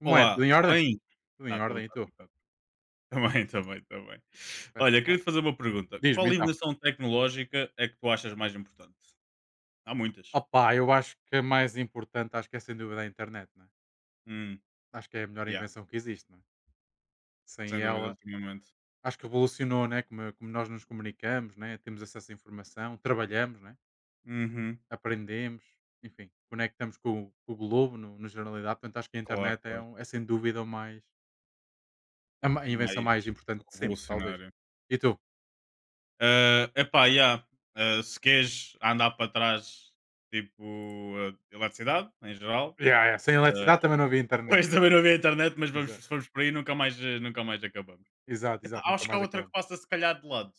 Como é? Tudo Olá, em ordem? bem? Tudo em Está tudo, ordem, e está tudo, tu? está tudo. Também, também, também. Olha, queria Espetacular. te fazer uma pergunta. Diz-me Qual então. inovação tecnológica é que tu achas mais importante? Há muitas. Opa, eu acho que a mais importante, acho que é sem dúvida a internet, né? Hum, Acho que é a melhor yeah, invenção que existe, né? Sem sem dúvida, ela, ultimamente. acho que revolucionou, né? Como nós nos comunicamos, né? Temos acesso à informação, trabalhamos, né? Uhum, Aprendemos, enfim, conectamos com o globo, no, na generalidade. Portanto, acho que a claro, internet é, claro. é sem dúvida o mais, a invenção Mais mais importante de sempre, talvez. revolucionário. E tu? É epá, yeah. Se queres andar para trás, tipo, eletricidade, em geral. Yeah, yeah. Sem ah, eletricidade também não havia internet. Pois também não havia internet, mas vamos, se Exato, formos por aí, nunca mais, nunca mais acabamos. exato, exato. Nunca Acho que há mais outra que acabamos. passa, se calhar, de lado.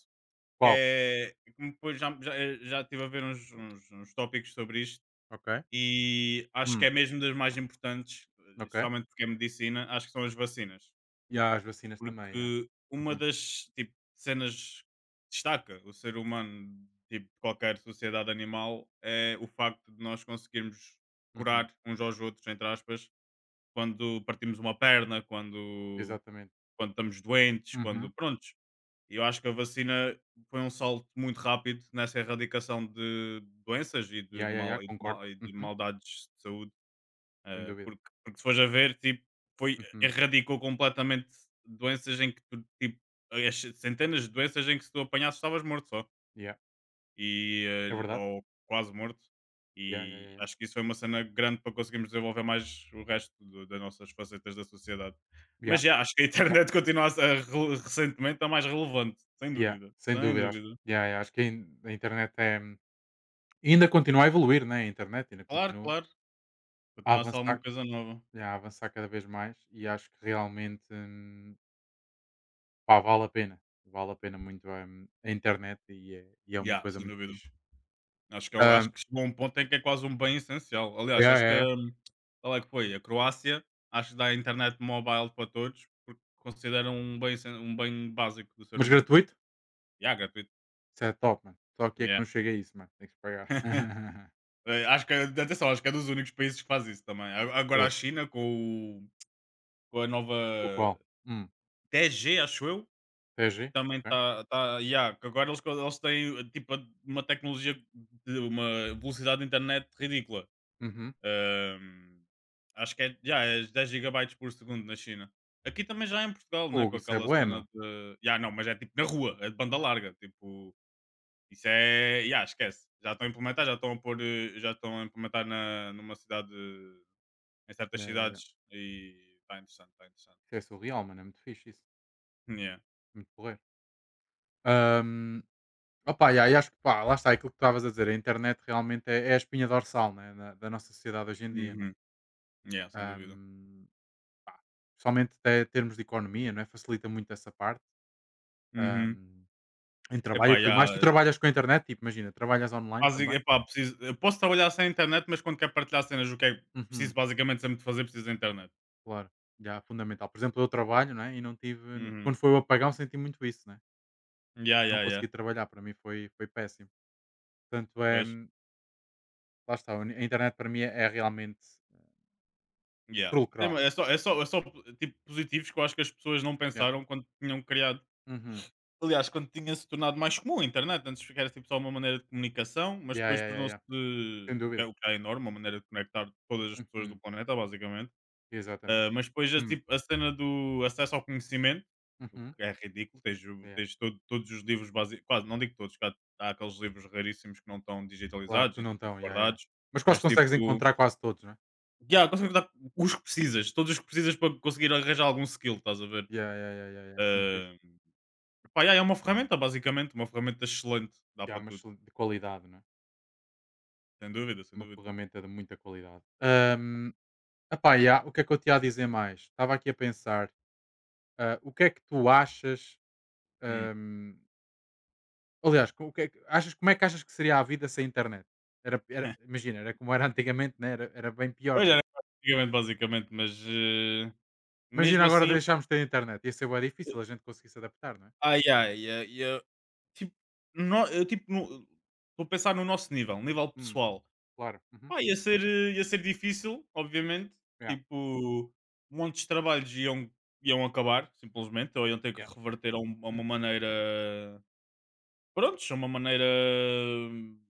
Que Qual? é como depois já já, já estive a ver uns tópicos sobre isto Ok. e acho que Hum. é mesmo das mais importantes, Ok. especialmente porque é medicina, acho que são as vacinas. E há as vacinas também, yeah. Porque uma Uhum, das, tipo, cenas que destaca o ser humano, tipo, de qualquer sociedade animal, é o facto de nós conseguirmos uhum. curar uns aos outros, entre aspas, quando partimos uma perna, quando Exatamente. quando estamos doentes, Uhum. quando prontos. E eu acho que a vacina foi um salto muito rápido nessa erradicação de doenças e de, Yeah, yeah, yeah, mal, e de, concordo. mal- e de Uhum. maldades de saúde, Sem dúvida. porque se fores a ver, tipo, Uhum. erradicou completamente doenças em que tu, tipo, as centenas de doenças em que se tu apanhasses estavas morto só, Yeah. e, É verdade. ou quase morto. Yeah, yeah, E yeah, yeah. acho que isso foi uma cena grande para conseguirmos desenvolver mais o resto das nossas facetas da sociedade. Yeah, Mas já, acho que a yeah, internet continua a ser, recentemente a mais relevante, sem yeah. dúvida, Sem sem dúvida. Acho, dúvida. yeah, yeah. Acho que a internet é. Ainda continua a evoluir, né? A internet ainda Claro, continua claro, a continua a ser alguma avançar, coisa nova. yeah, a avançar cada vez mais e acho que realmente pá, vale a pena. Vale a pena muito a internet e é uma Já, coisa sem muito dúvida. fixe. Acho que, acho Ahm, que chegou a um ponto em que é quase um bem essencial. É. Aliás, Yeah, acho que yeah. Qual é que foi? A Croácia, acho que dá internet mobile para todos, porque consideram um bem, um bem básico do ser Mas humano. gratuito? Já, gratuito. Isso é top, mano. Só que é que não chega a isso, mano. Tem que se pagar. Acho que, atenção, acho que é dos únicos países que faz isso também. Agora a Pois. China, com a nova O qual? Hum. 10G, acho eu, TG? também Ok. está. Yeah, que agora eles têm tipo, uma tecnologia de uma velocidade de internet ridícula. Uhum. Ahm, Acho que é, yeah, é 10 gigabytes por segundo na China. Aqui também já é em Portugal, né? Fogo, Com isso é aquela bué, cena meu. de. Yeah, não, mas é tipo na rua, é de banda larga. Tipo, isso é. Yeah, esquece. Já estão a implementar, já estão a pôr. Já estão a implementar numa cidade. Em certas É. cidades. E está interessante, está interessante. Isso é surreal, mano. É muito fixe isso. Yeah. Muito porreiro. Ahm, opa, e aí acho que pá, lá está. É aquilo que tu estavas a dizer. A internet realmente é a espinha dorsal, né, da nossa sociedade hoje em dia, não é? Uhum. Yeah, sem dúvida. Ahm, pá, principalmente até em termos de economia, não é? Facilita muito essa parte. Uhum. ahm, em trabalho e Epá, tudo yeah. mais. Tu trabalhas com a internet, tipo, imagina, trabalhas online Basic, também. epá, preciso, eu posso trabalhar sem internet, mas quando quero partilhar cenas, o que é preciso Uhum. basicamente sempre de fazer, preciso da internet. Claro, já é fundamental. Por exemplo, eu trabalho, né, e não tive Uhum. quando foi o apagão senti muito isso, né, Yeah, não yeah, yeah. consegui trabalhar, para mim foi péssimo. Portanto, é, Pois. lá está, a internet para mim é realmente eh, Yeah. Fulcral. É só tipo positivos que eu acho que as pessoas não Yeah. pensaram quando tinham criado. Uhum. Aliás, quando tinha se tornado mais comum a internet, antes que era tipo só uma maneira de comunicação, mas Yeah, depois yeah, yeah, tornou-se yeah. Sem de dúvida. O que é enorme, uma maneira de conectar todas as pessoas do Uhum. planeta, basicamente. Exatamente. Mas depois a, Hum. tipo, a cena do acesso ao conhecimento, o Uhum. que é ridículo, tens, Yeah. tens todos os livros base quase não digo todos, que há, há aqueles livros raríssimos que não estão Claro digitalizados que e não estão tipo, estão, yeah, yeah. guardados, Mas quase mas consegues tipo, encontrar quase todos, né. yeah, consegues dar os que precisas, todos os que precisas para conseguir arranjar algum skill, estás a ver? Yeah, yeah, yeah, yeah, yeah. Isso é muito fixe. Ah, Pá, yeah, é uma ferramenta, basicamente, uma ferramenta excelente, dá Yeah, para mas tudo, de qualidade, né, sem dúvida, sem uma dúvida. ferramenta de muita qualidade. Epá, yeah, o que é que eu te ia dizer mais? Estava aqui a pensar. Ah, o que é que tu achas, Hum. hum, aliás, o que é que achas, como é que achas que seria a vida sem internet? Imagina, era como era antigamente, né? era bem pior, Pois não é? era antigamente, basicamente, mas Imagina mesmo agora assim, deixarmos de ter internet, ia ser bem difícil eh, a gente conseguir se adaptar, não é? ai ai, tipo, no- eu tipo, no- estou a pensar no nosso nível, nível Hum, pessoal. claro. Uhum, Pá, ia ser difícil, obviamente, yeah, tipo, montes de trabalhos iam acabar, simplesmente, ou iam ter que yeah. reverter a, prontos, a uma maneira hum,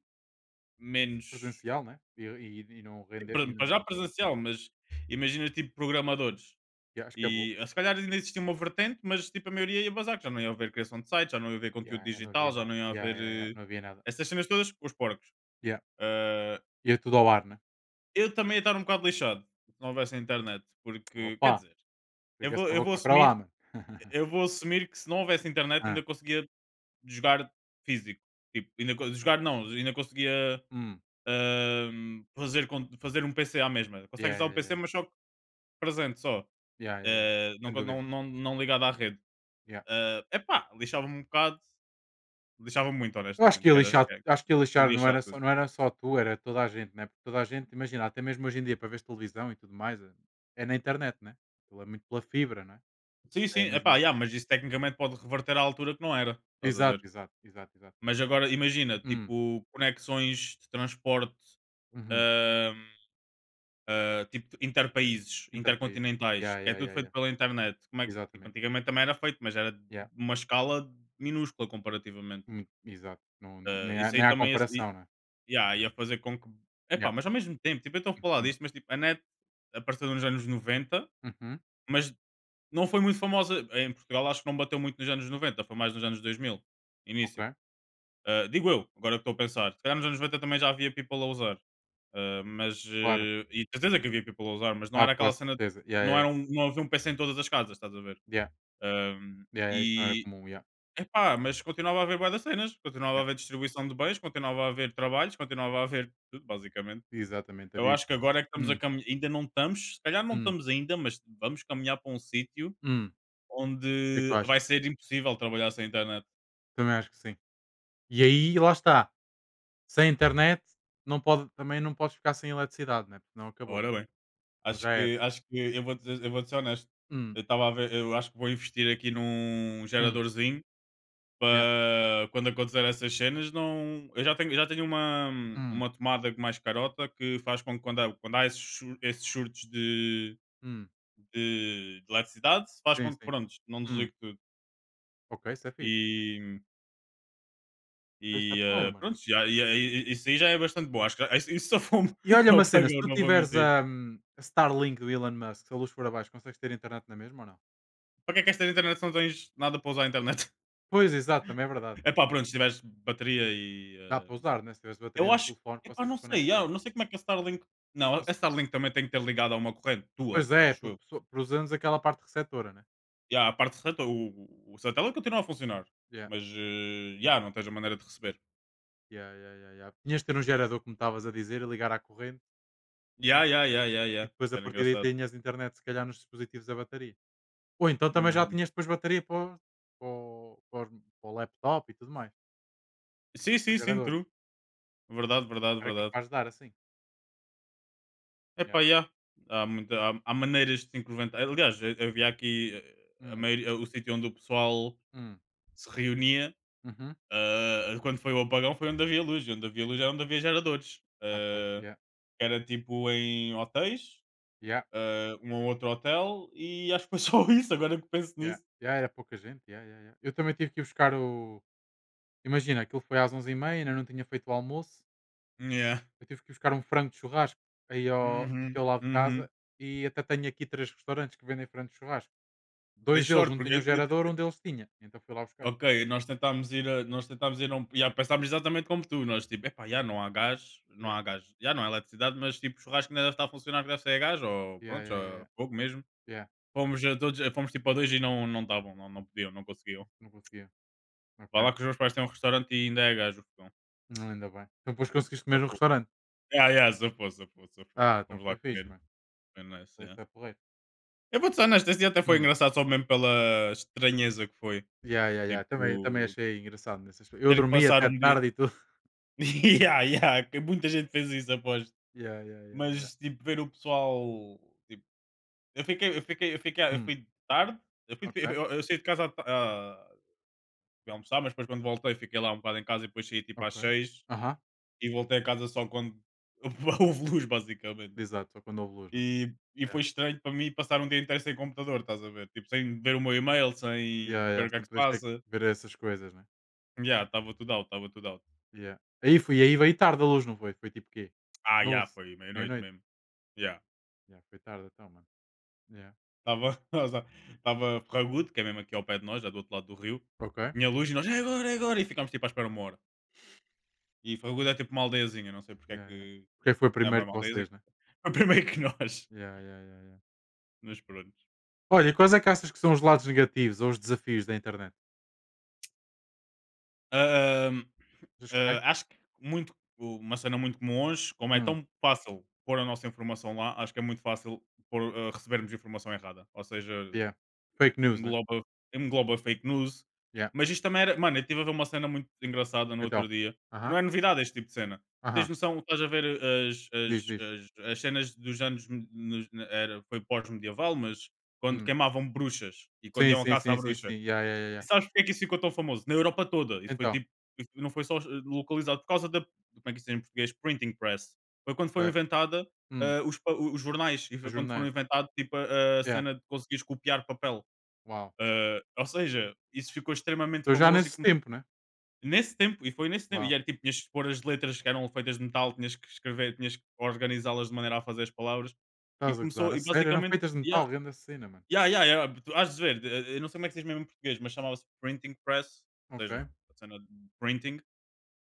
menos. Presencial, né? E não Sim, render, e para não. já presencial, mas imagina tipo programadores. Yeah, acho que acabou. E se calhar ainda existia uma vertente, mas tipo a maioria ia bazar, que já não ia haver criação de sites, já não ia haver conteúdo Yeah, yeah, não havia digital, já não nada. ia Yeah, haver yeah, yeah, não havia nada. essas cenas todas, os porcos. Yeah. Ah, Ia tudo ao ar, né? eu também ia estar um bocado lixado se não houvesse internet, porque quer Opa, dizer, eu chega vou, essa eu vou boca para assumir, lá, mano. eu vou assumir que se não houvesse internet ah, ainda conseguia jogar físico. Tipo, ainda, jogar não, ainda conseguia hum, ah, fazer um PC à mesma. Consegues yeah, usar o yeah, yeah, PC, mas só que presente só. yeah, yeah, yeah. Não, Sem dúvida. não, não, não ligado à rede. Yeah. É epá, lixava-me um bocado, lixava-me muito, Eu acho que honestamente, ia lixar que era- podia não só era tudo. só não era só tu, era toda a gente, né, porque toda a gente, imagina, até mesmo hoje em dia para ver televisão e tudo mais, é na internet, né, aquilo é muito pela fibra, né, Sim, sim, é a epá, mesma, yeah, mas isso tecnicamente pode reverter à altura que não era, estás a exato, ver? exato, exato, exato. Mas agora imagina, Hum, tipo, conexões de transporte, uhum, eh, tipo, interpaíses, interpaíses. intercontinentais, Yeah, que é yeah. tudo Ya, feito ya, pela internet. Como é que, tipo, exatamente. antigamente também era feito, mas era de Yeah. uma escala minúscula comparativamente. Exato, não nem há Isso aí nem há também. comparação, né. Yeah, ia fazer com que. Yeah. Epá, mas ao mesmo tempo, tipo, eu estou a falar Uhum, disto, mas tipo, a net apareceu nos anos 90, uhum, mas não foi muito famosa. Em Portugal acho que não bateu muito nos anos 90, foi mais nos anos 2000, ok, início. Digo eu, agora que estou a pensar. Se calhar nos anos 90 também já havia people a usar. Mas, claro. E de certeza que havia people a usar, mas não Ah, era com aquela cena. certeza. Yeah, Não, yeah, era um, não havia um PC em todas as casas, estás a ver? ya, Ahm, ya, ya, isso não era e. comum. Yeah, Epá, mas continuava a haver bué das cenas, continuava a yeah. haver distribuição de bens, continuava a haver trabalhos, continuava a haver tudo, basicamente. Exatamente, Eu havia acho que agora é que estamos a hum, caminhar, ainda não estamos, se calhar não hum, estamos ainda, mas vamos caminhar para um sítio hum. O que é que tu onde vai achas? ser impossível trabalhar sem internet. Também acho que sim. E aí, lá está, sem internet não pode, também não podes ficar sem eletricidade, né, porque senão acabou, Ora bem, então acho já era. que, acho que eu vou dizer, eu vou ser honesto. Hum, Eu estava a ver, eu acho que vou investir aqui num hum, geradorzinho yeah, para quando acontecer essas cenas. Não, eu já tenho hum, uma tomada mais carota que faz com que quando há esses surtos de, hum, de, de eletricidade, faz sim, com que sim, pronto, não hum, desligue tudo. ok, isso é fixe, e isso é E porreiro, eh, mano. pronto, já, isso aí já é bastante bom. Acho que isso só fome E olha não uma cena, se pagou, tu não vou tiveres mentir. a Starlink do Elon Musk, se a luz for abaixo, consegues ter internet na mesma ou não? Para que é que esta internet se não tens nada para usar a internet? Pois, exato, também é verdade. É pá, pronto, se tiveres bateria Dá para usar, né, se tiveres eu bateria no acho. telefone Epá, consegues não sei, conectar. Não sei como é que a Starlink. Não, a Isso, Starlink também tem que ter ligado a uma corrente tua, pois é, acho por eu. por por usarmos aquela parte receptora, né. E há a parte de rede, o satélite continua a funcionar, Yeah, mas já não tens a maneira de receber. yeah, yeah, yeah, yeah. Tinhas de ter um gerador, como estavas a dizer, e ligar à corrente. Já, já, já, já, E já. Isso depois a era partir daí engraçado. tinhas internet se calhar nos dispositivos a bateria. Ou então também já Uhum. tinhas depois bateria para o, para o laptop e tudo mais, Sim, o sim, sim, gerador. true. Verdade, verdade, Era verdade. capaz de dar assim. Yeah. Epá, yeah. Há maneiras de se incrementar. Aliás, havia aqui Hum, o sítio onde o pessoal hum, se reunia. uhum. Quando foi o apagão, foi onde havia luz. E onde havia luz era onde havia geradores. Ah, pois, yeah. Era tipo em hotéis, Yeah, um ou outro hotel, e acho que foi só isso. Agora que penso yeah. nisso, Yeah, era pouca gente. Yeah, yeah, yeah. Eu também tive que ir buscar o. Imagina, aquilo foi às onze e 30, ainda não tinha feito o almoço. yeah. Eu tive que ir buscar um frango de churrasco aí ao, Uhum. aqui ao lado de Uhum. casa e até tenho aqui três restaurantes que vendem frango de churrasco. Dei Dois deles sorte, não porque tinham gerador, eu, um deles tinha. Então fui lá buscar. Ok, nós tentámos ir a um, yeah, pensámos exatamente como tu, nós tipo: "Epá, já não há gás, não Yeah. há gás, já não há eletricidade, mas tipo churrasco ainda deve estar a funcionar, que deve ser a gás ou Yeah, pronto, yeah, yeah, ou yeah. a fogo mesmo". Yeah, Fomos tipo a 2 e não não estavam, não não podiam, não conseguiam. não conseguia. Vá Ok. lá que os meus pais têm um restaurante e ainda é a gás o fogão. Ainda bem. Então depois conseguiste comer no Safou. restaurante? Yeah, yeah, safou, safou, safou. Ah, então Fomos foi lá fixe, comer, mano. foi nice, Foi, isso yeah. é porreiro. Eu vou-te ser honesto, esse dia até foi Hum. engraçado só mesmo pela estranheza que foi, Yeah, yeah, yeah. Também tipo, achei engraçado nesse aspecto. Eu ter que dormi passar até um dia tarde e tudo. yeah, yeah, que muita gente fez isso, após. Yeah, yeah, yeah, yeah. Mas, tipo, ver o pessoal, tipo, eu Hum. fui tarde, eu fui Ok, eu saí de casa fui almoçar, mas depois quando voltei fiquei lá um bocado em casa e depois saí, tipo, ok. às seis Aham. e voltei a casa só quando houve luz, basicamente. Exato, só quando houve luz, né? E foi Yeah. estranho para mim passar um dia inteiro sem computador, estás a ver? Tipo, sem ver o meu e-mail, Yeah, sem ver yeah. o que é que se Sempre deixei passa. ver essas coisas, né? Já estava tudo out, estava tudo out. Yeah. Aí veio tarde a luz, não foi? Foi tipo quê? Já 11, foi meia-noite meia-noite. mesmo. Já Yeah, foi tarde então, mano. Yeah. Estava Tava Ferragudo, que é mesmo aqui ao pé de nós, já do outro lado do rio, Ok. tinha luz e nós: "É agora, é agora!" E ficámos tipo à espera uma hora. E Ferragudo é tipo uma aldeiazinha, não sei porque é Yeah, yeah. que Porque foi não é primeiro que uma aldeiazinha, vocês, né? foi primeiro que nós, Yeah, yeah, yeah, yeah. mas pronto. Olha, e quais é que achas que são os lados negativos ou os desafios da internet? Hã, Achas que tem? Acho que muito uma cena muito comum hoje, como é Hum, tão fácil pôr a nossa informação lá, acho que é muito fácil pôr, recebermos informação errada, ou seja. yeah. Fake news, né? Engloba engloba fake news, Yeah. mas isto também era, mano, eu estive a ver uma cena muito engraçada no outro Então. dia, que Aham, não é novidade este tipo de cena. Tens aham. noção, estás a ver as Diz, diz. as as as cenas dos anos me- nos na- era foi pós-medieval, mas quando Hum. queimavam bruxas e quando Sim, iam à sim, caça à sim, sim, sim. bruxa. Yeah, yeah, yeah, yeah. E sabes porque é que isso ficou tão famoso? Na Europa toda, isso foi Então, tipo, isso não foi só localizado. Por causa da, como é que isso diz em português? Printing press. Foi quando ok. foi inventada, Hum. Os jornais, e Os foi quando foram jornais. inventados tipo a Yeah. cena de conseguires copiar papel. Uau. Ah, ou seja, isso ficou extremamente Estou já famoso e nesse come- tempo, né? nesse tempo, e foi nesse tempo, e Uau. era tipo, tinhas que pôr as letras que eram feitas de metal, tinhas que escrever, tinhas que organizá-las de maneira a fazer as palavras, e Estás a gozar. começou, A e sério, eram basicamente, feitas de metal, yeah, grande a cena, mano. yeah, yeah, yeah, tu has de ver, eu não sei como é que se diz mesmo em português, mas chamava-se printing press, ou Ok. seja, a cena de printing,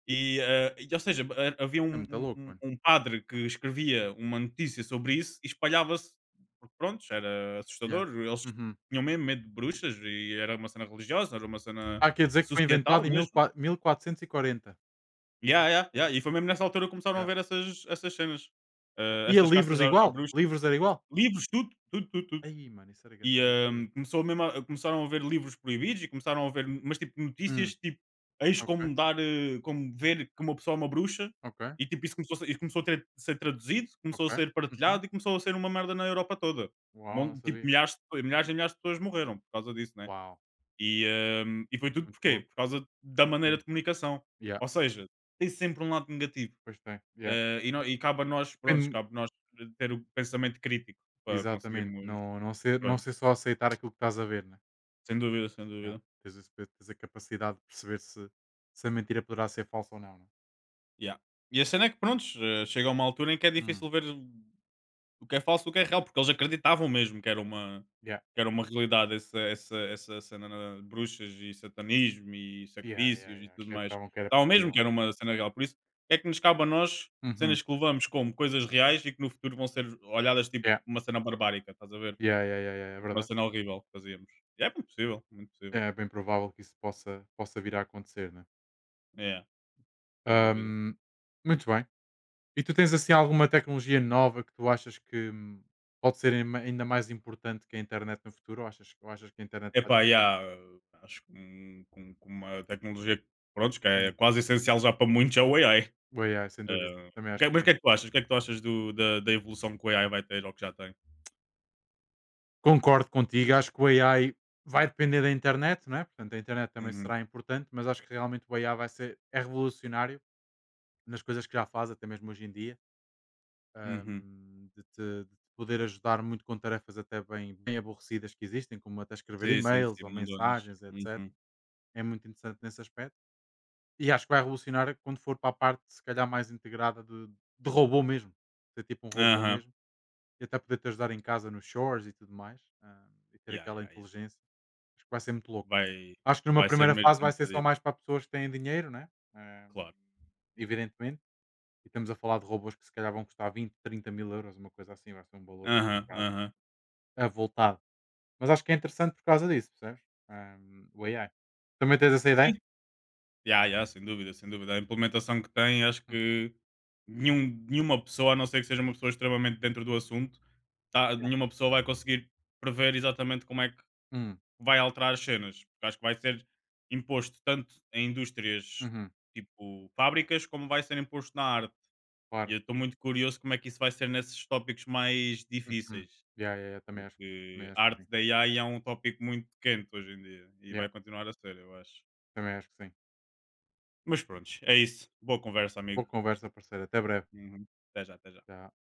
e, e, ou seja, havia É um, muito louco, mano. um padre que escrevia uma notícia sobre isso e espalhava-se, porque pronto, era Yeah. assustador, eles Uhum. tinham mesmo medo de bruxas e era uma cena religiosa, era uma cena Há que dizer que foi societal inventado em mesmo. 1440. Yeah, yeah, yeah. E foi mesmo nessa altura que começaram a Yeah. ver essas, essas cenas, Yeah. E a essas caças livros à, à igual? bruxa, Livros era igual? livros, tudo, tudo, tudo, tudo. Aí, mano, isso era grande E, loucura. Começaram a ver livros proibidos e começaram a ver, mas tipo, Hum. notícias, tipo, eis Ok, como dar, como ver que uma pessoa é uma bruxa, ok, e tipo, isso começou e começou ser traduzido, começou a ok. ser Uhum. partilhado e começou a ser uma merda na Europa toda. Uau, não Tipo, sabia. milhares, milhares e milhares de pessoas morreram por causa disso, né? Uau, E, e foi tudo muito porquê? louco. Por causa da maneira Hum, de comunicação. Yeah, Ou seja, tem sempre um lado negativo. pois tem. Yeah. E, e cabe a nós, pronto, Depende- cabe a nós, ter o pensamento crítico para Exatamente. conseguirmos, Não, não, ser, não pronto. ser só aceitar aquilo que estás a ver, né? Sem dúvida, sem Yeah. dúvida. Tens a capacidade de perceber se a mentira poderá ser falsa ou não, né? Yeah. E a cena é que, prontos, chega a uma altura em que é Hum. difícil ver o que é falso e o que é real, porque eles acreditavam mesmo Yeah, que era uma realidade, essa cena, de bruxas e satanismo e yeah, yeah, sacrifícios e yeah. tudo Que mais. estavam que era Estavam mesmo possível, que né? era uma cena real. Por isso é que nos cabe a nós, Uhum. cenas que levamos como coisas reais e que no futuro vão ser olhadas tipo Yeah. uma cena barbárica, estás a ver? Yeah, yeah, yeah, yeah, é Tipo uma verdade. cena horrível que fazíamos. E é muito possível, muito possível. É bem provável que isso possa vir a acontecer, né? É, sem dúvida. Ahm, Muito bem. E tu tens assim alguma tecnologia nova que tu achas que pode ser ainda ainda mais importante que a internet no futuro? Ou achas que a internet vai Epá, ter sempre? yeah, acho que com uma tecnologia que, pronto, que é Hum, quase essencial já para muitos é o AI. O AI, sem dúvida. Eh, Também acho mas que o sim. que é que tu achas? O que é que tu achas da, da evolução que o AI vai ter ou que já tem? Concordo contigo. Acho que o AI vai depender da internet, não é? Portanto, a internet também Uhum, será importante, mas acho que realmente o AI vai ser é revolucionário nas coisas que já faz, até mesmo hoje em dia, uhum. de te poder ajudar muito com tarefas até bem, bem aborrecidas que existem, como até escrever Sim, sim, e-mails sim, ou mundonas. mensagens, etc. Uhum. É muito interessante nesse aspecto. E acho que vai revolucionar quando for para a parte, se calhar, mais integrada de robô mesmo. Ser tipo um robô Aham. mesmo. E até poder te ajudar em casa nos shores e tudo mais. E ter Yeah, aquela yeah, yeah. inteligência. Acho que vai ser muito louco. Vai, Acho que numa vai ser primeira mesmo fase um vai dia ser a só dia, mais para pessoas que têm dinheiro, né? Ah, claro. evidentemente. E estamos a falar de robôs que se calhar vão custar 20, 30 mil euros, uma coisa assim. Vai ser um valor assim um Aham, bocado aham. avultado. Mas acho que é interessante por causa disso, percebes? Ah, o AI. Também tens essa ideia? Ya, ya, sem dúvida, sem dúvida. A implementação que tem, acho Hum, que nenhuma pessoa, a não ser que seja uma pessoa extremamente dentro do assunto, tá, nenhuma pessoa vai conseguir prever exatamente como é que hum, vai alterar as cenas. Porque acho que vai ser imposto tanto em indústrias uhum, tipo fábricas, como vai ser imposto na arte. E claro. eu estou muito curioso como é que isso vai ser nesses tópicos mais Uhum. difíceis. Yeah, yeah, yeah, também acho Porque a que arte sim. da AI é um tópico muito quente hoje em dia e Yeah, vai continuar a ser, eu acho. também acho que sim. Mas pronto, é isso. Boa conversa, Boa amigo. conversa, parceiro. Até breve. Uhum. Até já, até já. Tchau.